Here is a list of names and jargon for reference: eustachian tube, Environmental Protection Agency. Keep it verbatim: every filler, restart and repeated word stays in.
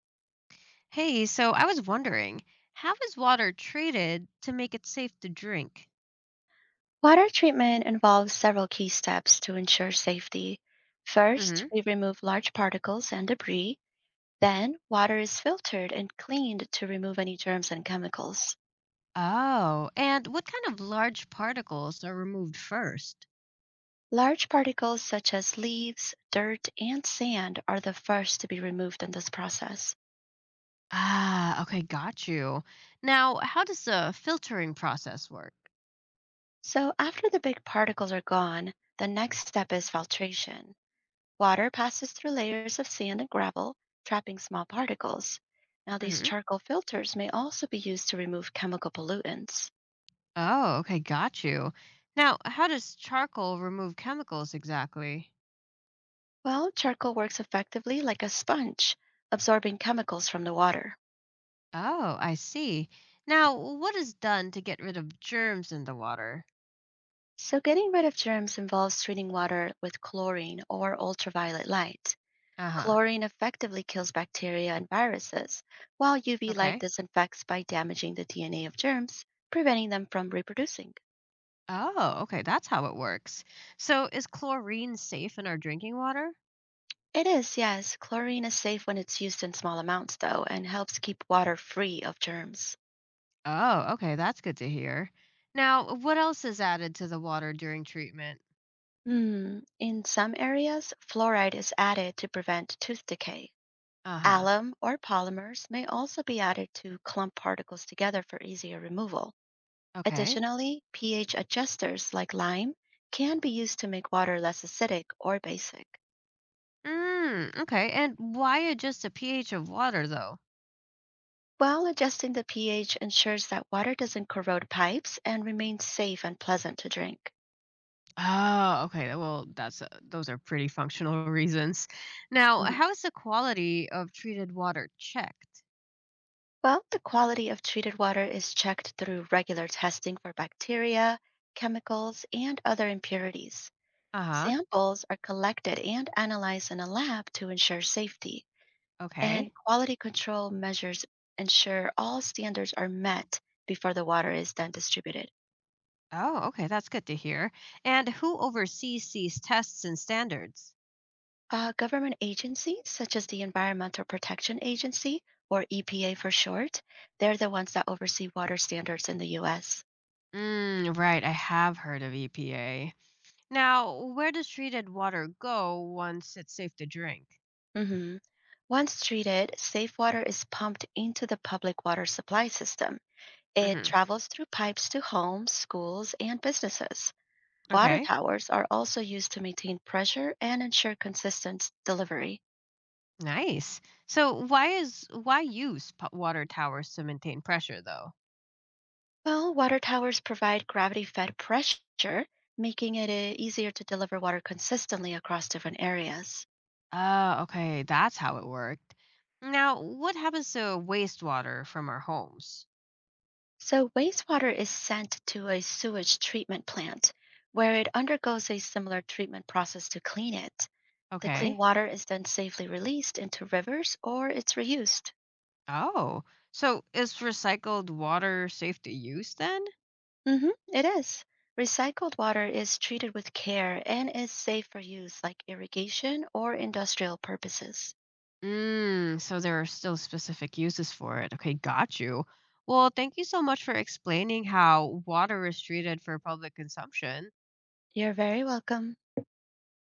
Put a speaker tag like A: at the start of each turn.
A: Hey, so I was wondering, how is water treated to make it safe to drink?
B: Water treatment involves several key steps to ensure safety. First,
A: Hmm.
B: we remove large particles and debris. Then, water is filtered and cleaned to remove any germs and chemicals.
A: Oh, and what kind of large particles are removed first?
B: Large particles such as leaves, dirt, and sand are the first to be removed in this process.
A: Ah, okay, got you. Now, how does the filtering process work?
B: So, after the big particles are gone, the next step is filtration. Water passes through layers of sand and gravel, trapping small particles. Now, these
A: Hmm.
B: charcoal filters may also be used to remove chemical pollutants.
A: Oh, okay, got you. Now, how does charcoal remove chemicals exactly?
B: Well, charcoal works effectively like a sponge, absorbing chemicals from the water.
A: Oh, I see. Now, what is done to get rid of germs in the water?
B: So, getting rid of germs involves treating water with chlorine or ultraviolet light.
A: Uh-huh.
B: Chlorine effectively kills bacteria and viruses, while U V light
A: Okay.
B: disinfects by damaging the D N A of germs, preventing them from reproducing.
A: Oh, okay. That's how it works. So, is chlorine safe in our drinking water?
B: It is, yes. Chlorine is safe when it's used in small amounts, though, and helps keep water free of germs.
A: Oh, okay. That's good to hear. Now, what else is added to the water during treatment?
B: Hmm. In some areas, fluoride is added to prevent tooth decay.
A: Uh huh.
B: Alum or polymers may also be added to clump particles together for easier removal.
A: Okay.
B: Additionally, pH adjusters like lime can be used to make water less acidic or basic.
A: Mm, okay. And why adjust a pH of water, though?
B: While adjusting the pH ensures that water doesn't corrode pipes and remains safe and pleasant to drink.
A: Oh, okay. Well, that's uh, those are pretty functional reasons. Now, how is the quality of treated water checked?
B: Well, the quality of treated water is checked through regular testing for bacteria, chemicals, and other impurities.
A: Uh huh.
B: Samples are collected and analyzed in a lab to ensure safety,
A: Okay.
B: and quality control measures ensure all standards are met before the water is then distributed.
A: Oh, okay. That's good to hear. And who oversees these tests and standards?
B: Uh, government agencies, such as the Environmental Protection Agency, or E P A for short, they're the ones that oversee water standards in the U S.
A: Mm, right, I have heard of E P A. Now, where does treated water go once it's safe to drink?
B: hmm Once treated, safe water is pumped into the public water supply system. It
A: Hmm.
B: travels through pipes to homes, schools, and businesses. Water
A: Okay,
B: towers are also used to maintain pressure and ensure consistent delivery.
A: nice. So, why is why use p- water towers to maintain pressure though?
B: Well, water towers provide gravity fed pressure, making it uh, easier to deliver water consistently across different areas.
A: Ah, okay, that's how it worked. Now, what happens to wastewater from our homes?
B: So, wastewater is sent to a sewage treatment plant where it undergoes a similar treatment process to clean it. The clean
A: Okay.
B: water is then safely released into rivers or it's reused.
A: Oh, so is recycled water safe to use then?
B: Hmm it is. Recycled water is treated with care and is safe for use like irrigation or industrial purposes.
A: Mm, so there are still specific uses for it. Okay, got you. Well, thank you so much for explaining how water is treated for public consumption.
B: You're very welcome.